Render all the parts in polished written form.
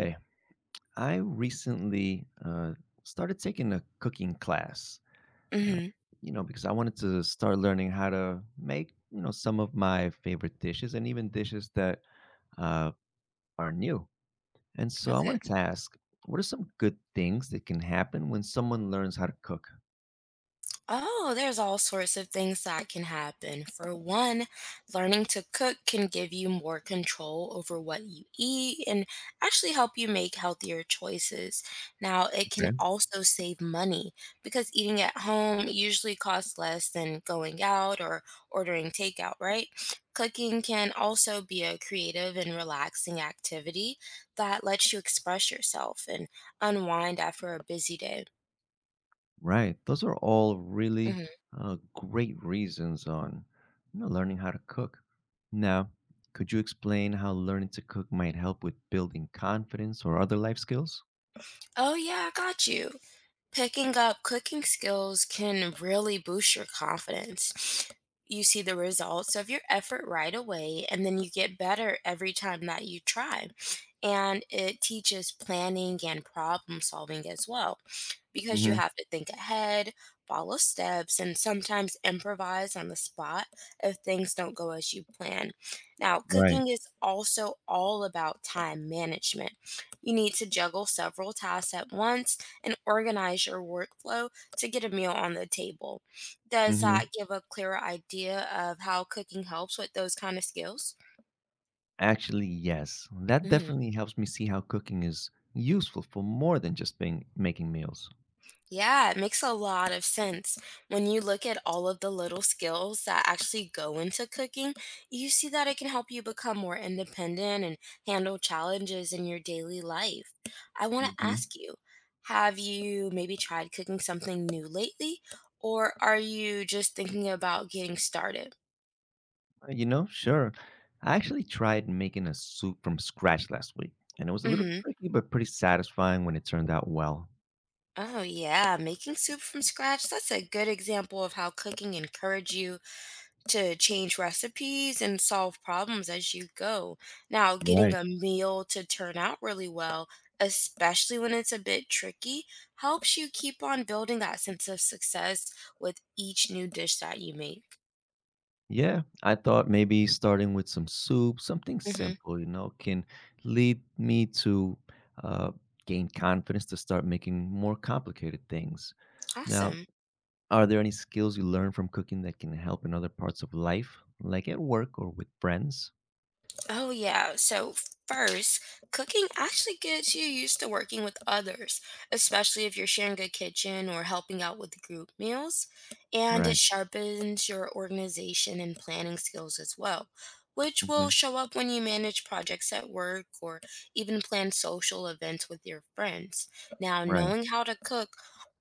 Hey, I recently started taking a cooking class, uh, Mhm. Because I wanted to start learning how to make, you know, some of my favorite dishes and even dishes that uh, are new. And so I Okay. wanted to ask, what are some good things that can happen when someone learns how to cook? Oh, there's all sorts of things that can happen. For one, learning to cook can give you more control over what you eat and actually help you make healthier choices. Now, it can also save money because eating at home usually costs less than going out or ordering takeout, right? Cooking can also be a creative and relaxing activity that lets you express yourself and unwind after a busy day. Right. Those are all really Mhm. Great reasons on learning how to cook. Now, could you explain how learning to cook might help with building confidence or other life skills? Oh yeah, I got you. Picking up cooking skills can really boost your confidence. You see the results of your effort right away, and then you get better every time that you try. And it teaches planning and problem solving as well, because you Mm-hmm. have to think ahead, follow steps, and sometimes improvise on the spot if things don't go as you plan. Now, Right. cooking is also all about time management. You need to juggle several tasks at once and organize your workflow to get a meal on the table. Does that Mm-hmm. give a clearer idea of how cooking helps with those kind of skills? Actually, yes. That Hmm. definitely helps me see how cooking is useful for more than just being making meals. Yeah, it makes a lot of sense. When you look at all of the little skills that actually go into cooking, you see that it can help you become more independent and handle challenges in your daily life. I want to ask Mm-hmm. you, have you maybe tried cooking something new lately, or are you just thinking about getting started? You know, sure. I actually tried making a soup from scratch last week, and it was a little Hmm. tricky, but pretty satisfying when it turned out well. Oh, yeah. Making soup from scratch, that's a good example of how cooking can encourage you to change recipes and solve problems as you go. Now, getting Right. a meal to turn out really well, especially when it's a bit tricky, helps you keep on building that sense of success with each new dish that you make. Yeah, I thought maybe starting with some soup, something Hmm. simple, you know, can lead me to uh, gain confidence to start making more complicated things. Now, Awesome. are there any skills you learn from cooking that can help in other parts of life, like at work or with friends? Oh, yeah. So, first, cooking actually gets you used to working with others, especially if you're sharing a kitchen or helping out with group meals. And it Right. sharpens your organization and planning skills as well, which will Hmm. show up when you manage projects at work or even plan social events with your friends. Now, Right. knowing how to cook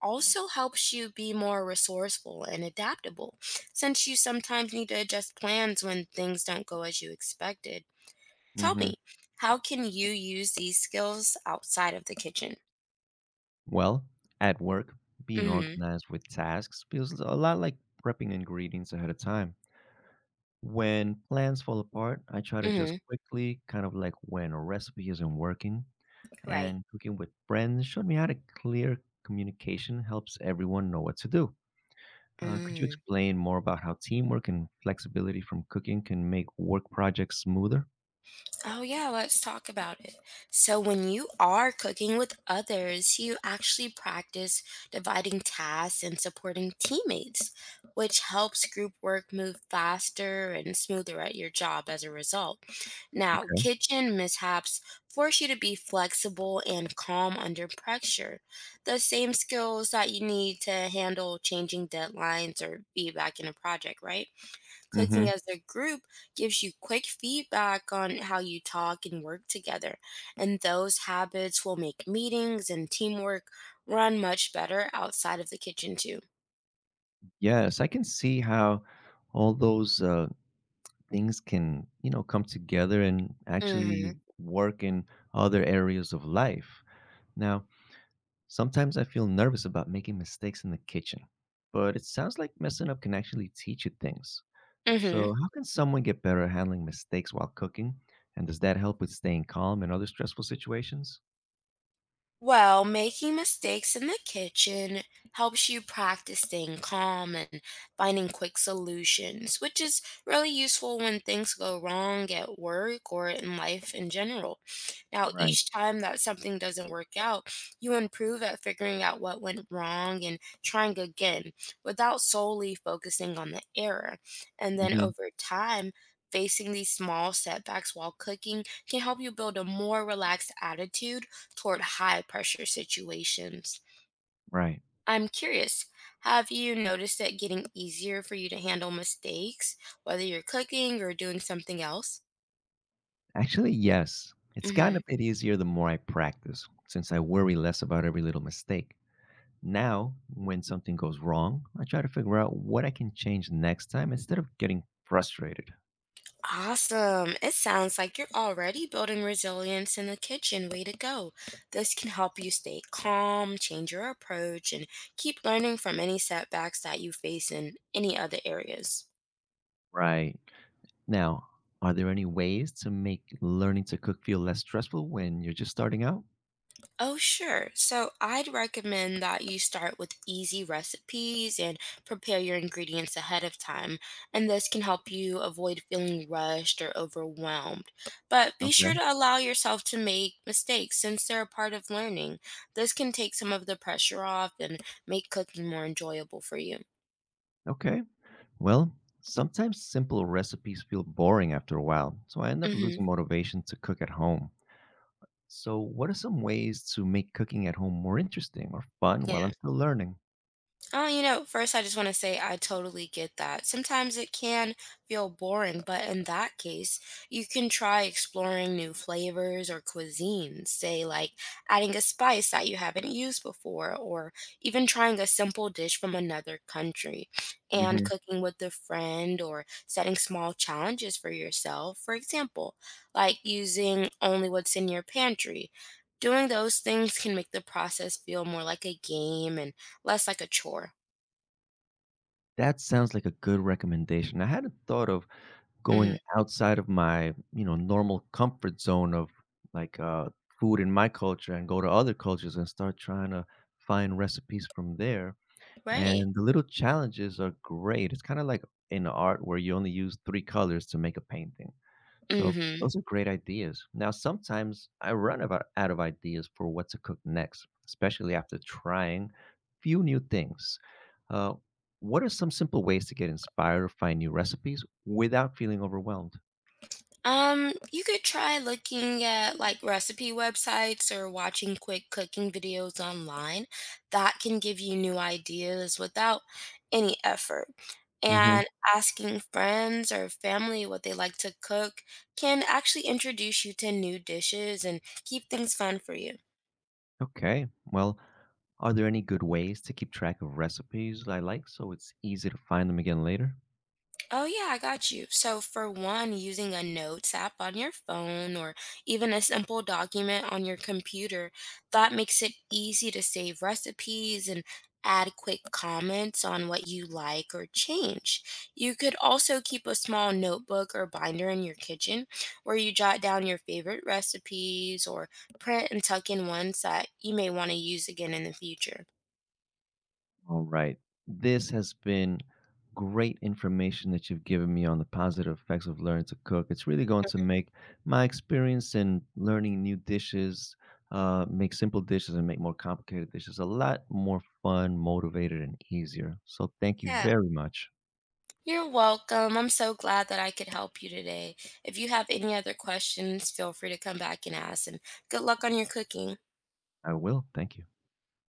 also helps you be more resourceful and adaptable since you sometimes need to adjust plans when things don't go as you expected. Tell Hmm. me, how can you use these skills outside of the kitchen? Well, at work, being Mhm. organized with tasks feels a lot like prepping ingredients ahead of time. When plans fall apart, I try to just Mhm. quickly, kind of like when a recipe isn't working, Right. and cooking with friends showed me how to clear communication helps everyone know what to do. Could you Mm. explain more about how teamwork and flexibility from cooking can make work projects smoother? Oh, yeah, let's talk about it. So, when you are cooking with others, you actually practice dividing tasks and supporting teammates, which helps group work move faster and smoother at your job as a result. Now, Okay. kitchen mishaps force you to be flexible and calm under pressure, the same skills that you need to handle changing deadlines or feedback in a project, right? Cooking Hmm. as a group gives you quick feedback on how you talk and work together, and those habits will make meetings and teamwork run much better outside of the kitchen, too. Yes, I can see how all those things can, you know, come together and Mm actually hmm. work in other areas of life. Now sometimes I feel nervous about making mistakes in the kitchen, but it sounds like messing up can actually teach you things. Mm hmm. So how can someone get better at handling mistakes while cooking, and does that help with staying calm in other stressful situations? Well, making mistakes in the kitchen helps you practice staying calm and finding quick solutions, which is really useful when things go wrong at work or in life in general. Now, Right. each time that something doesn't work out, you improve at figuring out what went wrong and trying again without solely focusing on the error. And then Hmm. over time, facing these small setbacks while cooking can help you build a more relaxed attitude toward high pressure situations. Right. I'm curious, have you noticed it getting easier for you to handle mistakes, whether you're cooking or doing something else? Actually, yes, it's gotten Mhm. a bit easier the more I practice since I worry less about every little mistake. Now, when something goes wrong, I try to figure out what I can change next time instead of getting frustrated. Awesome. It sounds like you're already building resilience in the kitchen. Way to go. This can help you stay calm, change your approach, and keep learning from any setbacks that you face in any other areas. Right. Now, are there any ways to make learning to cook feel less stressful when you're just starting out? Oh, sure. So I'd recommend that you start with easy recipes and prepare your ingredients ahead of time, and this can help you avoid feeling rushed or overwhelmed. But be sure Okay. to allow yourself to make mistakes since they're a part of learning. This can take some of the pressure off and make cooking more enjoyable for you. Okay. Well, sometimes simple recipes feel boring after a while, so I end up Hmm. losing motivation to cook at home. So, what are some ways to make cooking at home more interesting or fun Yeah. while I'm still learning? Oh, you know, first I just want to say I totally get that. Sometimes it can feel boring, but in that case, you can try exploring new flavors or cuisines, say like adding a spice that you haven't used before, or even trying a simple dish from another country. And Hmm. cooking with a friend or setting small challenges for yourself, for example, like using only what's in your pantry. Doing those things can make the process feel more like a game and less like a chore. That sounds like a good recommendation. I hadn't thought of going Mhm. outside of my, you know, normal comfort zone of like food in my culture and go to other cultures and start trying to find recipes from there. Right. And the little challenges are great. It's kind of like in art where you only use three colors to make a painting. So Mhm. those are great ideas. Now, sometimes I run about out of ideas for what to cook next, especially after trying few new things. Uh, what are some simple ways to get inspired or find new recipes without feeling overwhelmed? You could try looking at like recipe websites or watching quick cooking videos online. That can give you new ideas without any effort. Hmm. And asking friends or family what they like to cook can actually introduce you to new dishes and keep things fun for you. Okay. Well, are there any good ways to keep track of recipes I like so it's easy to find them again later? Oh, yeah, I got you. So, for one, using a notes app on your phone or even a simple document on your computer, that makes it easy to save recipes and add quick comments on what you like or change. You could also keep a small notebook or binder in your kitchen where you jot down your favorite recipes or print and tuck in ones that you may want to use again in the future. All right. This has been great information that you've given me on the positive effects of learning to cook. It's really going to make my experience in learning new dishes, make simple dishes and make more complicated dishes a lot more fun, motivated, and easier. So thank you Yeah, very much. you're welcome. I'm so glad that I could help you today. If you have any other questions, feel free to come back and ask. And good luck on your cooking. I will. Thank you.